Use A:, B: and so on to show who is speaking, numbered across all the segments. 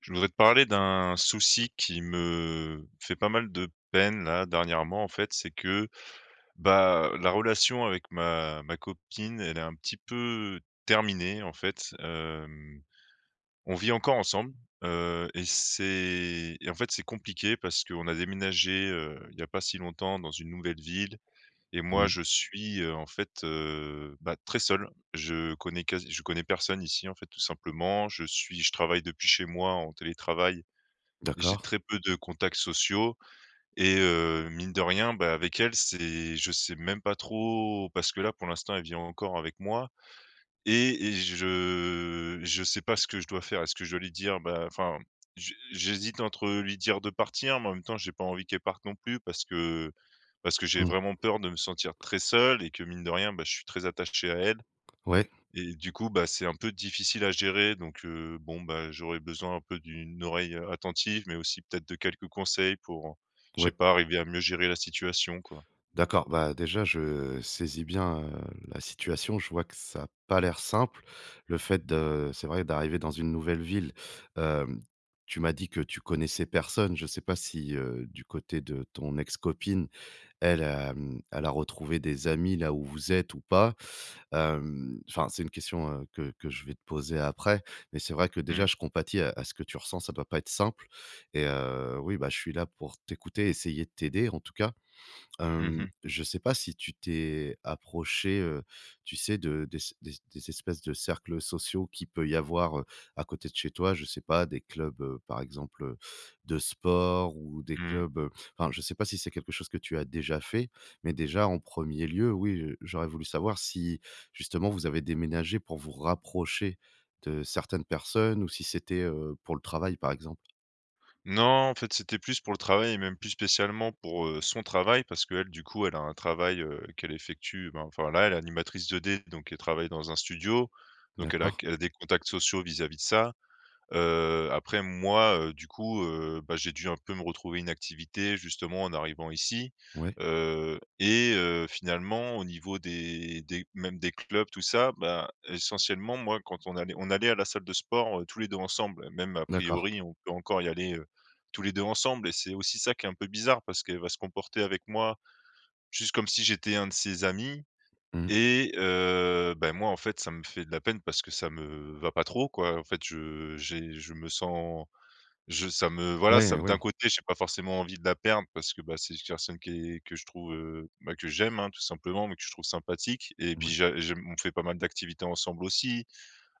A: Je voudrais te parler d'un souci qui me fait pas mal de peine là dernièrement en fait, c'est que, bah, la relation avec ma copine, elle est un petit peu terminée en fait. On vit encore ensemble, et c'est et en fait c'est compliqué parce qu'on a déménagé, il y a pas si longtemps, dans une nouvelle ville, et moi
B: Mmh.
A: je suis, en fait, bah, très seul. Je connais personne ici en fait, tout simplement. Je travaille depuis chez moi, en télétravail. J'ai
B: D'accord.
A: très peu de contacts sociaux, et mine de rien, bah, avec elle, c'est je sais même pas trop, parce que là, pour l'instant, elle vit encore avec moi. Et je sais pas ce que je dois faire. Est-ce que je dois lui dire? Bah, enfin, j'hésite entre lui dire de partir, mais en même temps, j'ai pas envie qu'elle parte non plus, parce que j'ai
B: Mmh.
A: vraiment peur de me sentir très seul, et que mine de rien, bah, je suis très attaché à elle.
B: Ouais,
A: Et du coup, bah, c'est un peu difficile à gérer, donc bon, bah, j'aurais besoin un peu d'une oreille, attentive, mais aussi peut-être de quelques conseils pour, je sais
B: ouais.
A: pas, arriver à mieux gérer la situation, quoi.
B: D'accord, bah, déjà, je saisis bien, la situation. Je vois que ça a pas l'air simple. Le fait de c'est vrai, d'arriver dans une nouvelle ville, hem, tu m'as dit que tu connaissais personne. Je ne sais pas si, du côté de ton ex-copine, elle, elle a retrouvé des amis là où vous êtes ou pas? Enfin, c'est une question, que je vais te poser après, mais c'est vrai que
A: Mmh.
B: déjà je compatis à ce que tu ressens, ça doit pas être simple et oui, bah, je suis là pour t'écouter, essayer de t'aider en tout cas.
A: Mmh mh.
B: Je sais pas si tu t'es approché, tu sais, de des espèces de cercles sociaux qui peut y avoir, à côté de chez toi, je sais pas, des clubs, par exemple, de sport ou des
A: Mmh.
B: clubs, enfin, je sais pas si c'est quelque chose que tu as déjà fait, mais déjà en premier lieu, oui, j'aurais voulu savoir si justement vous avez déménagé pour vous rapprocher de certaines personnes ou si c'était, pour le travail, par exemple?
A: Non, en fait, c'était plus pour le travail, et même plus spécialement pour, son travail, parce qu'elle, du coup, elle a un travail, qu'elle effectue, ben, enfin, là, elle est animatrice 2D, donc elle travaille dans un studio, donc elle a
B: D'accord.
A: elle a des contacts sociaux vis-à-vis de ça. Après moi, du coup, bah, j'ai dû un peu me retrouver une activité, justement en arrivant ici,
B: Ouais,
A: et finalement au niveau des même des clubs tout ça, bah, essentiellement moi quand on allait à la salle de sport, tous les 2 ensemble. Même a
B: d'accord.
A: priori on peut encore y aller, tous les 2 ensemble, et c'est aussi ça qui est un peu bizarre, parce qu'elle va se comporter avec moi juste comme si j'étais un de ses amis.
B: Mmh.
A: Et bah, moi, en fait, ça me fait de la peine, parce que ça me va pas trop, quoi. En fait, je j'ai je me sens je ça me voilà,
B: Ouais,
A: ça,
B: ouais,
A: d'un
B: ouais.
A: côté, j'ai pas forcément envie de la perdre, parce que, bah, c'est une personne qui est que je trouve, que j'aime, hein, tout simplement, mais que je trouve sympathique. Et puis j'aime, on fait pas mal d'activités ensemble aussi.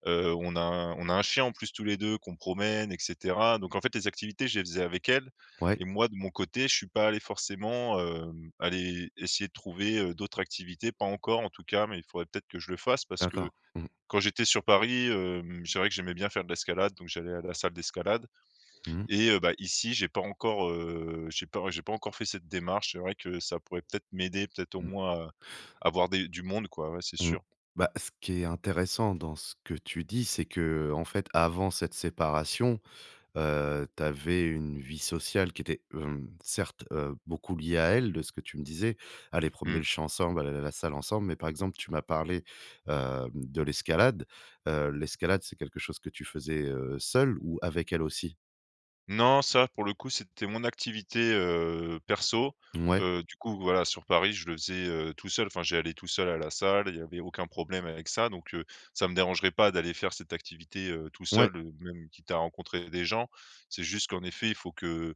A: On a un chien en plus tous les deux, qu'on promène, et cetera. Donc en fait, les activités, je les faisais avec elle.
B: Ouais,
A: Et moi de mon côté, je suis pas allé forcément, aller essayer de trouver, d'autres activités, pas encore en tout cas, mais il faudrait peut-être que je le fasse. Parce que
B: d'accord. Mmh.
A: quand j'étais sur Paris, c'est vrai que j'aimais bien faire de l'escalade, donc j'allais à la salle d'escalade.
B: Mmh.
A: Et bah, ici, j'ai pas encore fait cette démarche. C'est vrai que ça pourrait peut-être m'aider, peut-être au moins à à du monde quoi, ouais, c'est
B: Mmh mh.
A: sûr.
B: Bah, ce qui est intéressant dans ce que tu dis, c'est que en fait, avant cette séparation, tu avais une vie sociale qui était, certes, beaucoup liée à elle, de ce que tu me disais. Aller promener
A: Mmh.
B: le champ ensemble, aller à la salle ensemble, mais par exemple, tu m'as parlé, de l'escalade. L'escalade, c'est quelque chose que tu faisais, seule ou avec elle aussi?
A: Non, ça, pour le coup, c'était mon activité, perso.
B: Ouais,
A: Du coup, voilà, sur Paris, je le faisais, tout seul. Enfin, j'allais tout seul à la salle, il n'y avait aucun problème avec ça, donc ça me dérangerait pas d'aller faire cette activité, tout
B: ouais,
A: seul, même quitte à rencontrer des gens. C'est juste qu'en effet, il faut que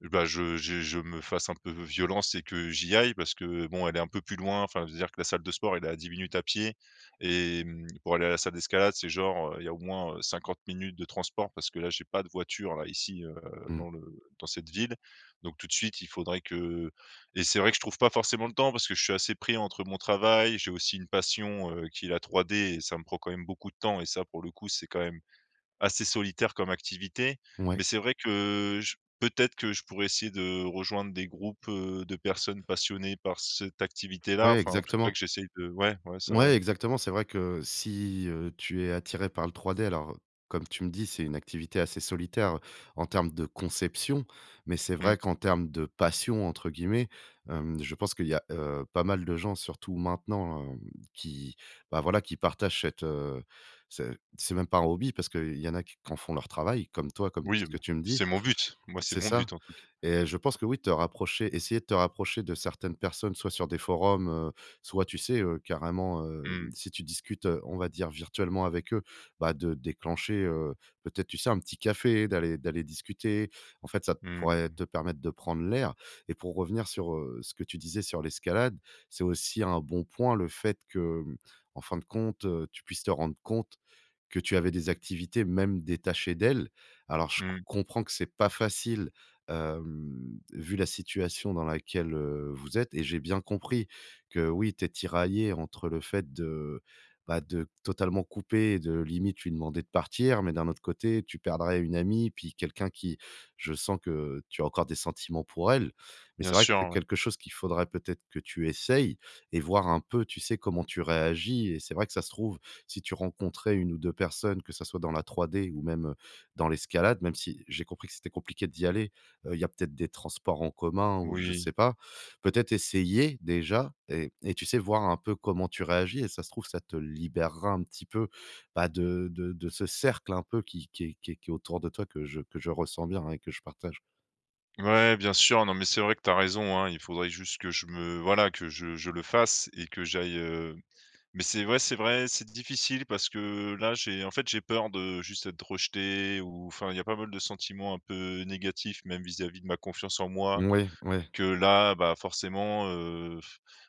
A: bah, je me fasse un peu violence et que j'y aille, parce que bon, elle est un peu plus loin, enfin, c'est à dire que la salle de sport, elle est à 10 minutes à pied. Et pour aller à la salle d'escalade, c'est genre, il y a au moins, 50 minutes de transport, parce que là, j'ai pas de voiture, là, ici,
B: mmh,
A: dans le dans cette ville. Donc tout de suite, il faudrait que. Et c'est vrai que je trouve pas forcément le temps, parce que je suis assez pris entre mon travail. J'ai aussi une passion, qui est la 3D, et ça me prend quand même beaucoup de temps. Et ça, pour le coup, c'est quand même assez solitaire comme activité,
B: ouais,
A: mais c'est vrai que je peut-être que je pourrais essayer de rejoindre des groupes, de personnes passionnées par cette activité-là,
B: ouais,
A: enfin, en tout cas que
B: exactement.
A: j'essaye de ouais, ouais, c'est
B: Ouais,
A: vrai.
B: exactement. C'est vrai que si, tu es attiré par le 3D, alors, comme tu me dis, c'est une activité assez solitaire en termes de conception, mais c'est
A: Mmh.
B: vrai qu'en termes de «passion» entre guillemets, je pense qu'il y a, pas mal de gens, surtout maintenant, qui, bah, voilà, qui partagent cette, ce c'est même pas un hobby parce qu'il y en a qui en font leur travail, comme toi, comme
A: Oui,
B: ce que
A: bah,
B: tu me dis.
A: c'est mon but. Moi, c'est
B: C'est
A: mon but
B: ça.
A: en tout cas.
B: Et je pense que oui, te rapprocher essayer de te rapprocher de certaines personnes, soit sur des forums, soit tu sais, carrément,
A: Mmh.
B: si tu discutes, on va dire virtuellement avec eux, bah, de déclencher, peut-être, tu sais, un petit café, d'aller discuter. En fait, ça pourrait
A: Mmh.
B: te permettre de prendre l'air et pour revenir sur, ce que tu disais sur l'escalade, c'est aussi un bon point le fait que, en fin de compte, tu puisses te rendre compte que tu avais des activités même détachées d'elle. Alors je
A: Mmh.
B: comprends que c'est pas facile, vu la situation dans laquelle, vous êtes, et j'ai bien compris que oui, tu es tiraillée entre le fait de, bah, de totalement couper et de limite lui demander de partir, mais d'un autre côté, tu perdrais une amie, puis quelqu'un qui je sens que tu as encore des sentiments pour elle. Mais
A: Bien
B: c'est vrai que
A: sûr,
B: c'est
A: ouais.
B: quelque chose qu'il faudrait peut-être que tu essayes et voir un peu, tu sais, comment tu réagis et c'est vrai que ça se trouve si tu rencontrais une ou 2 personnes, que ça soit dans la 3D ou même, dans l'escalade, même si j'ai compris que c'était compliqué d'y aller, il y a peut-être des transports en commun ou je
A: Oui.
B: sais pas. Peut-être essayer déjà et tu sais, voir un peu comment tu réagis et ça se trouve, ça te libérera un petit peu, bah, de ce cercle un peu qui est autour de toi que je ressens bien, hein, et que je partage.
A: Ouais, bien sûr, non, mais c'est vrai que tu as raison, hein. Il faudrait juste que je me voilà, que je le fasse et que j'aille, Mais c'est vrai, c'est difficile, parce que là, j'ai en fait, j'ai peur de juste être rejeté, ou enfin, il y a pas mal de sentiments un peu négatifs, même vis-à-vis de ma confiance en moi.
B: Oui, oui,
A: Que là, bah, forcément,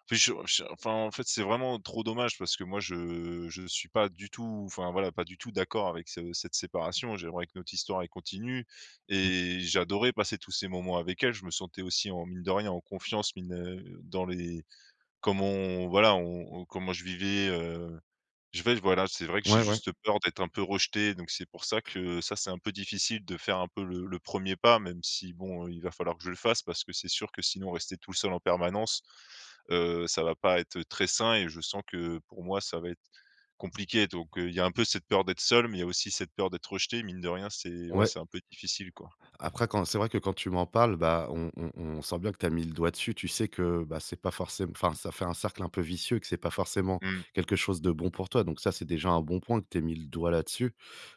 A: puis je enfin, en fait, c'est vraiment trop dommage, parce que moi, je suis pas du tout, enfin, voilà, pas du tout d'accord avec ce cette séparation. J'aimerais que notre histoire, elle continue,
B: mmh.
A: et j'adorais passer tous ces moments avec elle. Je me sentais aussi, en mine de rien, en confiance, dans les comment on voilà, on- comment je vivais, euh, je vais voilà, c'est vrai que j'ai
B: Ouais, ouais.
A: juste peur d'être un peu rejeté, donc c'est pour ça que ça, c'est un peu difficile de faire un peu le 1er pas, même si bon, il va falloir que je le fasse, parce que c'est sûr que sinon, rester tout seul en permanence, ça va pas être très sain, et je sens que pour moi, ça va être compliqué. Donc, il y a un peu cette peur d'être seul, mais il y a aussi cette peur d'être rejeté. Mine de rien, c'est ouais,
B: Ouais.
A: c'est un peu difficile, quoi.
B: Après quand c'est vrai que quand tu m'en parles, bah, on sent bien que tu as mis le doigt dessus. Tu sais que, bah, c'est pas forcément enfin, ça fait un cercle un peu vicieux et que c'est pas forcément
A: Mmh.
B: quelque chose de bon pour toi. Donc ça, c'est déjà un bon point que tu aies mis le doigt là-dessus,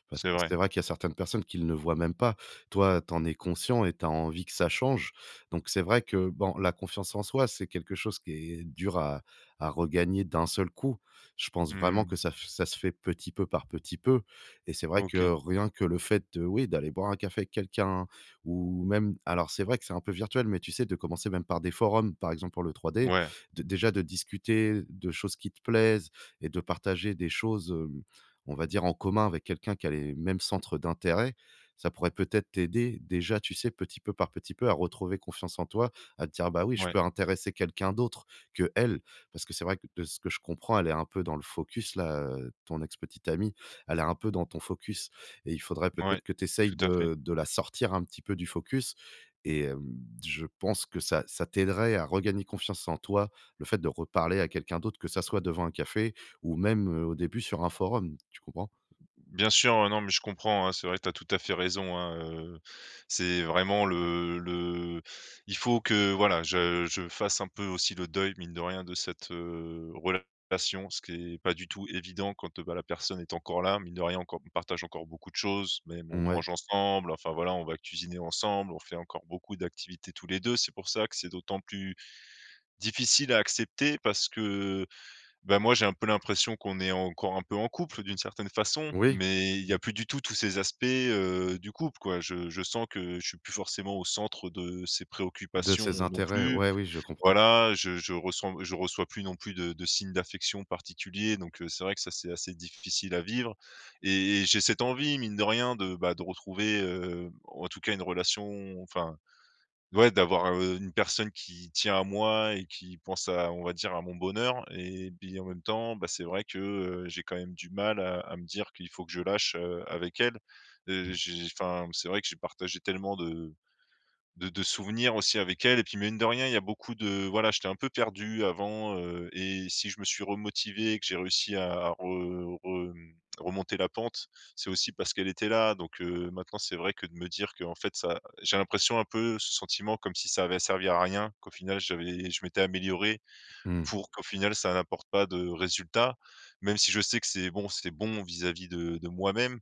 B: parce
A: C'est
B: que
A: vrai.
B: c'est vrai qu'il y a certaines personnes qui ne le voient même pas. Toi, tu en es conscient et tu as envie que ça change. Donc c'est vrai que, bon, la confiance en soi, c'est quelque chose qui est dur à regagner d'un seul coup. Je pense vraiment que
A: Mmh.
B: ça se fait petit peu par petit peu, et c'est vrai
A: OK.
B: que rien que le fait de, oui, d'aller boire un café avec quelqu'un ou même alors c'est vrai que c'est un peu virtuel, mais tu sais, de commencer même par des forums, par exemple pour le 3D,
A: Ouais,
B: de déjà de discuter de choses qui te plaisent et de partager des choses, on va dire en commun avec quelqu'un qui a les mêmes centres d'intérêt. Ça pourrait peut-être t'aider déjà, tu sais, petit peu par petit peu à retrouver confiance en toi, à te dire: «Bah oui, je
A: ouais,
B: peux intéresser quelqu'un d'autre que elle.» Parce que c'est vrai que de ce que je comprends, elle est un peu dans le focus là, ton ex petite amie, elle est un peu dans ton focus et il faudrait
A: ouais,
B: peut-être que tu essayes
A: tout à fait.
B: de la sortir un petit peu du focus, et je pense que ça t'aiderait à regagner confiance en toi, le fait de reparler à quelqu'un d'autre, que ça soit devant un café ou même, au début sur un forum, tu comprends?
A: Bien sûr, non, mais je comprends, hein, c'est vrai que tu as tout à fait raison, hein, c'est vraiment le il faut que voilà, je fasse un peu aussi le deuil, mine de rien, de cette, relation, ce qui est pas du tout évident quand, bah, la personne est encore là. Mine de rien, encore on partage encore beaucoup de choses, même on
B: Ouais.
A: mange ensemble, enfin voilà, on va cuisiner ensemble, on fait encore beaucoup d'activités tous les 2. C'est pour ça que c'est d'autant plus difficile à accepter, parce que, bah, moi, j'ai un peu l'impression qu'on est encore un peu en couple d'une certaine façon,
B: Oui,
A: mais il y a plus du tout tous ces aspects, du couple, quoi. Je sens que je suis plus forcément au centre de ses
B: de ses
A: préoccupations non
B: intérêts,
A: plus.
B: ouais, oui, je comprends.
A: Voilà, je reçois plus non plus de signes d'affection particuliers, donc c'est vrai que ça, c'est assez difficile à vivre. Et j'ai cette envie, mine de rien, de, bah, de retrouver, en tout cas une relation, enfin. Ouais, d'avoir, une personne qui tient à moi et qui pense à, on va dire, à mon bonheur. Et puis en même temps, bah, c'est vrai que, j'ai quand même du mal à me dire qu'il faut que je lâche, avec elle.
B: Mmh.
A: J'ai Enfin, c'est vrai que j'ai partagé tellement de souvenirs aussi avec elle. Et puis mine de rien, il y a beaucoup de voilà, j'étais un peu perdu avant, et si je me suis remotivé et que j'ai réussi à remonter la pente, c'est aussi parce qu'elle était là. Donc maintenant, c'est vrai que de me dire que en fait ça j'ai l'impression un peu ce sentiment comme si ça avait servi à rien, qu'au final j'avais je m'étais amélioré
B: Mmh.
A: pour qu'au final ça n'apporte pas de résultat. Même si je sais que c'est bon vis-à-vis de moi-même.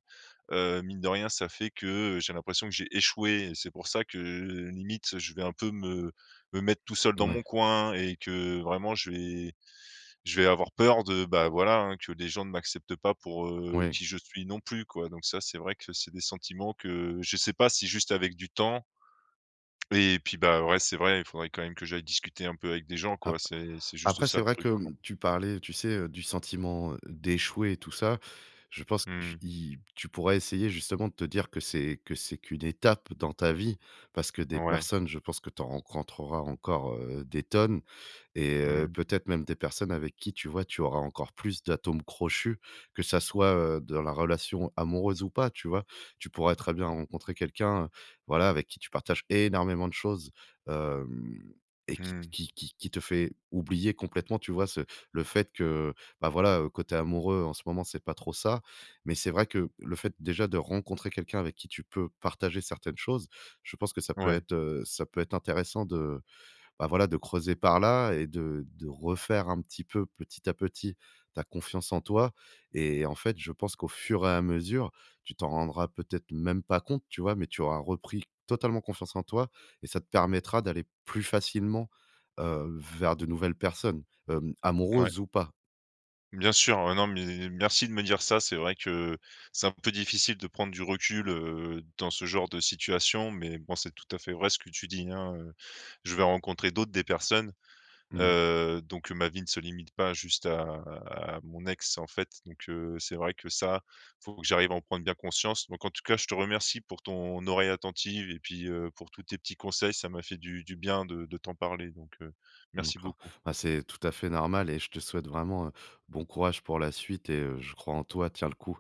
A: Mine de rien, ça fait que j'ai l'impression que j'ai échoué, et c'est pour ça que, limite, je vais un peu me mettre tout seul dans
B: Ouais.
A: mon coin, et que vraiment je vais avoir peur de, bah, voilà, hein, que les gens ne m'acceptent pas pour,
B: Ouais.
A: qui je suis non plus, quoi. Donc ça, c'est vrai que c'est des sentiments que je sais pas si juste avec du temps. Et puis, bah, ouais, c'est vrai, il faudrait quand même que j'aille discuter un peu avec des gens, quoi. C'est juste
B: Après,
A: ça
B: c'est
A: le
B: vrai
A: truc,
B: que,
A: quoi.
B: tu parlais, tu sais, du sentiment, d'échouer et tout ça. Je pense que
A: Mmh.
B: tu pourrais essayer justement de te dire que c'est qu'une étape dans ta vie, parce que des
A: Ouais.
B: personnes, je pense que tu en rencontreras encore, des tonnes et
A: Mmh.
B: peut-être même des personnes avec qui, tu vois, tu auras encore plus d'atomes crochus, que ça soit, dans la relation amoureuse ou pas, tu vois? Tu pourrais très bien rencontrer quelqu'un, voilà, avec qui tu partages énormément de choses, hem et qui
A: Mmh.
B: qui qui qui te fait oublier complètement, tu vois, ce le fait que, bah, voilà, côté amoureux, en ce moment, c'est pas trop ça. Mais c'est vrai que le fait déjà de rencontrer quelqu'un avec qui tu peux partager certaines choses, je pense que
A: Ouais.
B: ça peut être intéressant de bah, voilà, de creuser par là et de refaire un petit peu, petit à petit, ta confiance en toi, et en fait, je pense qu'au fur et à mesure, tu t'en rendras peut-être même pas compte, tu vois? Mais tu auras repris totalement confiance en toi et ça te permettra d'aller plus facilement, vers de nouvelles personnes,
A: Ouais.
B: amoureuses ou pas.
A: Bien sûr, ouais, non, mais merci de me dire ça. C'est vrai que c'est un peu difficile de prendre du recul, dans ce genre de situation, mais bon, c'est tout à fait vrai ce que tu dis, hein. Je vais rencontrer d'autres, des personnes, donc ma vie ne se limite pas juste à mon ex, en fait. Donc c'est vrai que ça, faut que j'arrive à en prendre bien conscience. Donc en tout cas, je te remercie pour ton oreille attentive et puis, pour tous tes petits conseils. Ça m'a fait du bien de t'en parler, donc
B: Mmh,
A: merci
B: d'accord.
A: beaucoup.
B: Bah, c'est tout à fait normal et je te souhaite vraiment, bon courage pour la suite et je crois en toi, tiens le coup.